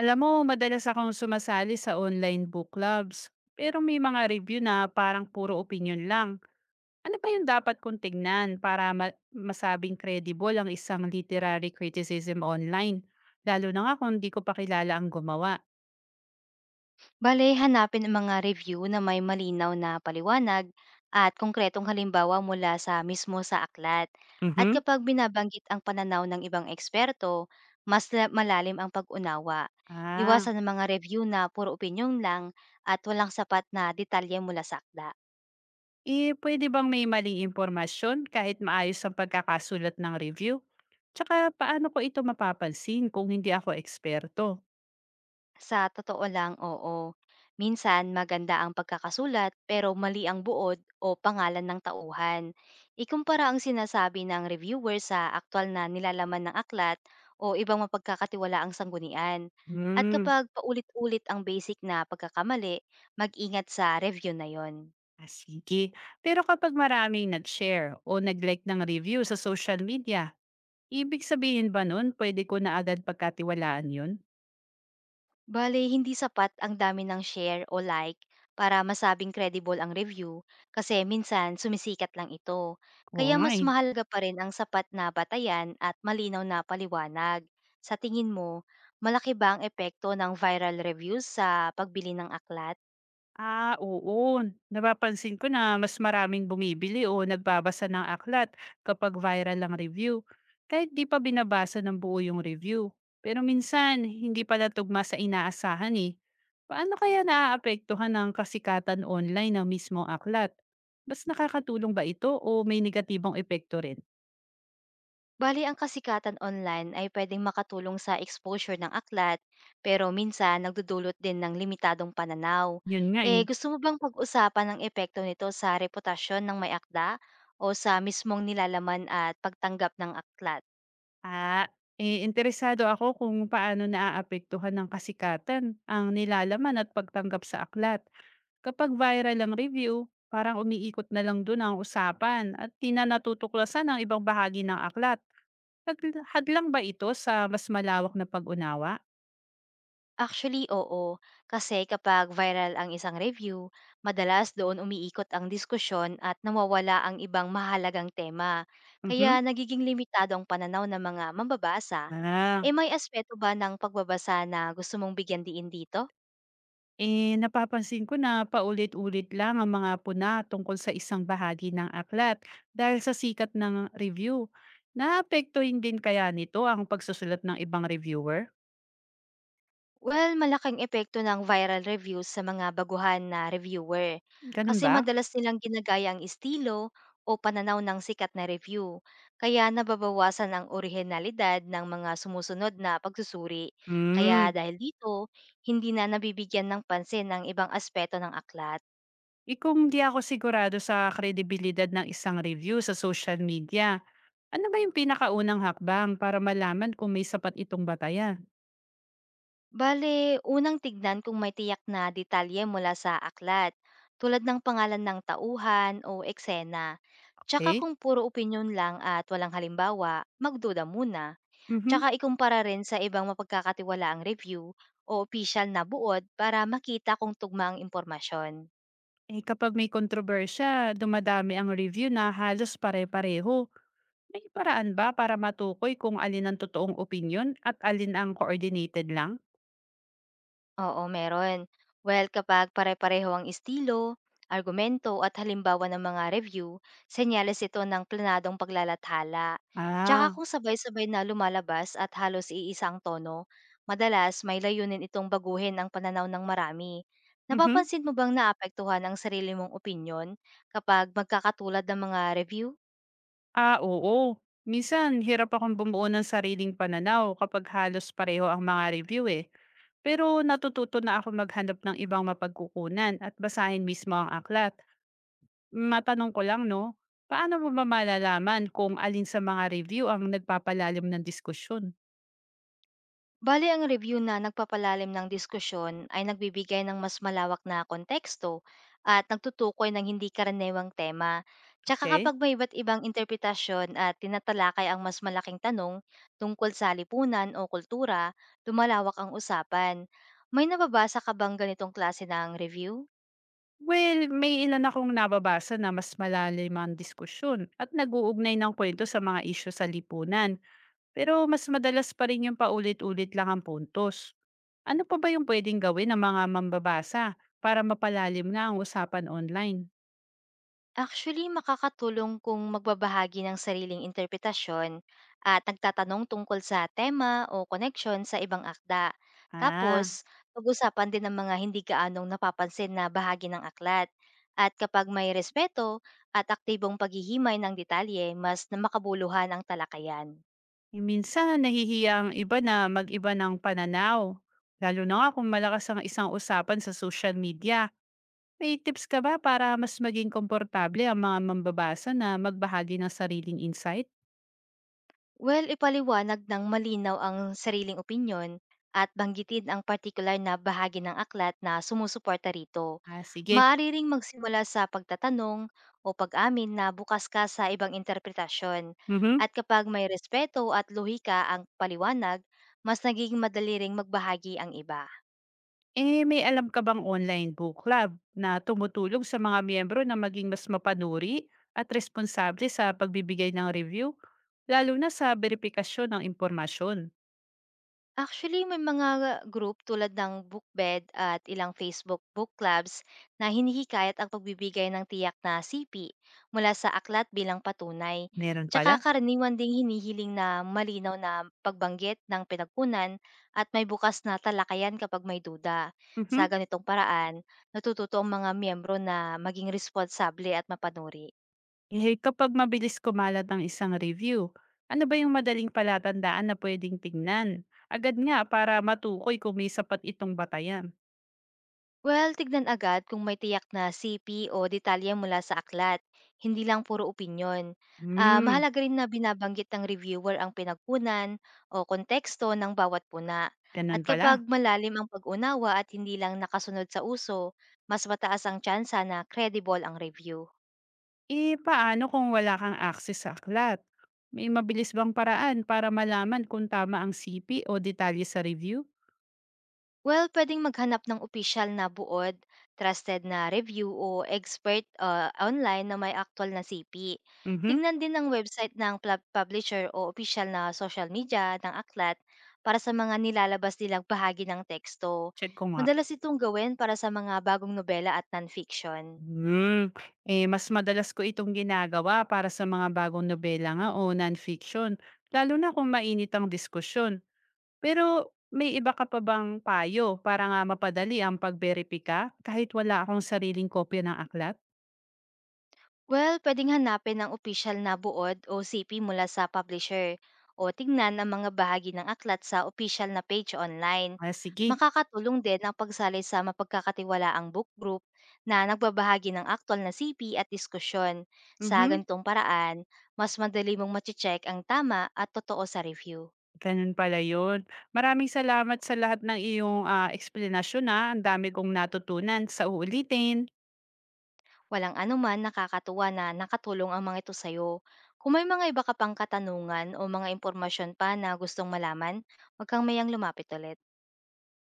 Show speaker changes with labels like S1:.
S1: Alam mo, madalas akong sumasali sa online book clubs. Pero may mga review na parang puro opinion lang. Ano ba yung dapat kong tignan para masabing credible ang isang literary criticism online? Lalo na nga kung di ko pa kilala ang gumawa.
S2: Bale, hanapin ang mga review na may malinaw na paliwanag at konkretong halimbawa mula sa mismo sa aklat. At
S1: Mhm.
S2: kapag binabanggit ang pananaw ng ibang eksperto, mas malalim ang pag-unawa.
S1: Ah,
S2: Iwasan ang mga review na puro opinyon lang at walang sapat na detalye mula sa aklat.
S1: eh pwede bang may maling impormasyon kahit maayos ang pagkakasulat ng review? Tsaka paano ko ito mapapansin kung hindi ako eksperto?
S2: Sa totoo lang, oo. Minsan maganda ang pagkakasulat pero mali ang buod o pangalan ng tauhan. Ikumpara ang sinasabi ng reviewer sa aktual na nilalaman ng aklat o ibang mapagkakatiwalaang sanggunian. At
S1: Hmm.
S2: kapag paulit-ulit ang basic na pagkakamali, mag-ingat sa review na yon.
S1: Ah, sige. Pero kapag maraming nag-share o nag-like ng review sa social media, ibig sabihin ba nun pwede ko na agad pagkatiwalaan yun?
S2: Bale, hindi sapat ang dami ng share o like para masabing credible ang review kasi minsan sumisikat lang ito.
S1: Oo
S2: Kaya
S1: nga
S2: mas
S1: eh.
S2: mahalaga pa rin ang sapat na batayan at malinaw na paliwanag. Sa tingin mo, malaki ba ang epekto ng viral reviews sa pagbili ng aklat?
S1: Ah, oo. Napapansin ko na mas maraming bumibili o nagbabasa ng aklat kapag viral ang review. Kahit di pa binabasa ng buo yung review. Pero minsan, hindi pala tugma sa inaasahan eh. Paano kaya naaapektuhan ng kasikatan online ng mismong aklat? Mas nakakatulong ba ito o may negatibong epekto rin?
S2: Bali ang kasikatan online ay pwedeng makatulong sa exposure ng aklat, pero minsan nagdudulot din ng limitadong pananaw.
S1: Yun nga
S2: Eh,
S1: eh.
S2: gusto mo bang pag-usapan ang epekto nito sa reputasyon ng may akda o sa mismong nilalaman at pagtanggap ng aklat?
S1: Ah, interesado ako kung paano naaapektuhan ng kasikatan ang nilalaman at pagtanggap sa aklat. Kapag viral ang review, parang umiikot na lang dun ang usapan at di na natutuklasan ang ibang bahagi ng aklat. Hadlang ba ito sa mas malawak na pag-unawa?
S2: Actually, oo. Kasi kapag viral ang isang review, madalas doon umiikot ang diskusyon at nawawala ang ibang mahalagang tema.
S1: Mhm.
S2: Kaya nagiging limitado ang pananaw ng mga mambabasa.
S1: Ah,
S2: E may aspeto ba ng pagbabasa na gusto mong bigyan diin dito?
S1: eh napapansin ko na paulit-ulit lang ang mga puna tungkol sa isang bahagi ng aklat dahil sa sikat ng review. Naapektuhin din kaya nito ang pagsusulat ng ibang reviewer?
S2: Well, malaking epekto ng viral reviews sa mga baguhan na reviewer
S1: Ganun
S2: kasi
S1: ba?
S2: madalas nilang ginagaya ang estilo o pananaw ng sikat na review. Kaya nababawasan ang orihinalidad ng mga sumusunod na pagsusuri. Kaya
S1: Hmm.
S2: dahil dito, hindi na nabibigyan ng pansin ang ibang aspeto ng aklat.
S1: Eh kung di ako sigurado sa kredibilidad ng isang review sa social media, ano ba yung pinakaunang hakbang para malaman kung may sapat itong batayan?
S2: Bale, unang tignan kung may tiyak na detalye mula sa aklat, tulad ng pangalan ng tauhan o eksena. Tsaka
S1: Okay?
S2: kung puro opinyon lang at walang halimbawa, magduda muna.
S1: Mhm.
S2: Tsaka ikumpara rin sa ibang mapagkakatiwalaang review o opisyal na buod para makita kung tugma ang impormasyon.
S1: Eh, kapag may kontrobersiya, dumadami ang review na halos pare-pareho. May paraan ba para matukoy kung alin ang totoong opinyon at alin ang coordinated lang?
S2: Oo, meron. Well, kapag pare-pareho ang estilo, argumento at halimbawa ng mga review, senyales ito ng planadong paglalathala. Tsaka
S1: Ah,
S2: kung sabay-sabay na lumalabas at halos iisang tono, madalas may layunin itong baguhin ang pananaw ng marami.
S1: mhm.
S2: Napapansin mo bang naapektuhan ang sarili mong opinyon kapag magkakatulad ng mga review?
S1: Ah, oo. Minsan hirap akong bumuo ng sariling pananaw kapag halos pareho ang mga review, eh. Pero natututo na ako maghanap ng ibang mapagkukunan at basahin mismo ang aklat. Matanong ko lang 'no, paano mo ba malalaman kung alin sa mga review ang nagpapalalim ng diskusyon?
S2: Bale ang review na nagpapalalim ng diskusyon ay nagbibigay ng mas malawak na konteksto at nagtutukoy ng hindi karaniwang tema. Tsaka
S1: Okay.
S2: kapag may iba't ibang interpretasyon at tinatalakay ang mas malaking tanong tungkol sa lipunan o kultura, lumalawak ang usapan. May nababasa ka bang ganitong klase ng review?
S1: Well, may ilan akong nababasa na mas malalim ang diskusyon at naguugnay uugnay ng kuwento sa mga isyu sa lipunan, pero mas madalas pa rin yung paulit-ulit lang ang puntos. Ano pa ba yung puwedeng gawin ng mga mambabasa para mapalalim nga ang usapan online?
S2: Actually, makakatulong kung magbabahagi ng sariling interpretasyon at nagtatanong tungkol sa tema o koneksyon sa ibang akda. Tapos,
S1: Ah.
S2: pag-usapan din ng mga hindi gaanong napapansin na bahagi ng aklat. At kapag may respeto at aktibong paghihimay ng detalye, mas na makabuluhan ang talakayan.
S1: Yung minsan nahihiya ang iba na mag-iba ng pananaw. Lalo na nga kung malakas ang isang usapan sa social media. May tips ka ba para mas maging komportable ang mga mambabasa na magbahagi ng sariling insight?
S2: Well, ipaliwanag ng malinaw ang sariling opinyon at banggitin ang partikular na bahagi ng aklat na sumusuporta rito.
S1: Ah, sige.
S2: Maaari ring magsimula sa pagtatanong o pag-amin na bukas ka sa ibang interpretasyon.
S1: Mhm.
S2: At kapag may respeto at luhika ang paliwanag, mas nagiging madali ring magbahagi ang iba.
S1: Eh, may alam ka bang online book club na tumutulong sa mga miyembro na maging mas mapanuri at responsable sa pagbibigay ng review? Lalo na sa verifikasyon ng impormasyon.
S2: Actually, may mga group tulad ng Bookbed at ilang Facebook book clubs na hinihikayat ang pagbibigay ng tiyak na sipi mula sa aklat bilang patunay.
S1: Meron
S2: Tsaka
S1: pala?
S2: karaniwan ding hinihiling na malinaw na pagbanggit ng pinagkunan at may bukas na talakayan kapag may duda. Sa
S1: Mhm.
S2: ganitong paraan, natututo ang mga miyembro na maging responsable at mapanuri.
S1: Eh, kapag mabilis kumalat ang isang review, ano ba yung madaling palatandaan na pwedeng tingnan? Agad nga para matukoy kung may sapat itong batayan.
S2: Well, tignan agad kung may tiyak na CP o detalye mula sa aklat, hindi lang puro opinyon. Ah,
S1: Hmm,
S2: mahalaga rin na binabanggit ng reviewer ang pinagkunan o konteksto ng bawat puna. At
S1: ganun pala.
S2: kapag malalim ang pag-unawa at hindi lang nakasunod sa uso, mas mataas ang tsansa na credible ang review.
S1: Eh, paano kung wala kang access sa aklat? May mabilis bang paraan para malaman kung tama ang CP o detalye sa review?
S2: Well, puwedeng maghanap ng opisyal na buod, trusted na review o expert, online na may aktuwal na CP.
S1: Mhm,
S2: Tingnan din ang website ng plab publisher o opisyal na social media ng aklat para sa mga nilalabas nilang bahagi ng teksto.
S1: check ko nga.
S2: Madalas itong gawin para sa mga bagong nobela at nonfiction.
S1: Hmm, eh mas madalas ko itong ginagawa para sa mga bagong nobela nga o non-fiction, lalo na kung mainit ang diskusyon. Pero may iba ka pa bang payo para nga mapadali ang pagberipika kahit wala akong sariling kopya ng aklat?
S2: Well, pwedeng hanapin ang opisyal na buod o CP mula sa publisher o tingnan ang mga bahagi ng aklat sa opisyal na page online.
S1: Ah, sige.
S2: Makakatulong din ang pagsali sa mapagkakatiwalaang book group na nagbabahagi ng aktual na CP at diskusyon. Sa
S1: Mhm,
S2: ganitong paraan, mas madali mong mati-check ang tama at totoo sa review.
S1: ganun pala yun. Maraming salamat sa lahat ng iyong, eksplanasyon, Ang dami kong natutunan. Sa uulitin.
S2: Walang anuman, nakakatuwa na nakatulong ang mga ito sa'yo. Kung may mga iba ka pang katanungan o mga impormasyon pa na gustong malaman, huwag kang mayang lumapit ulit.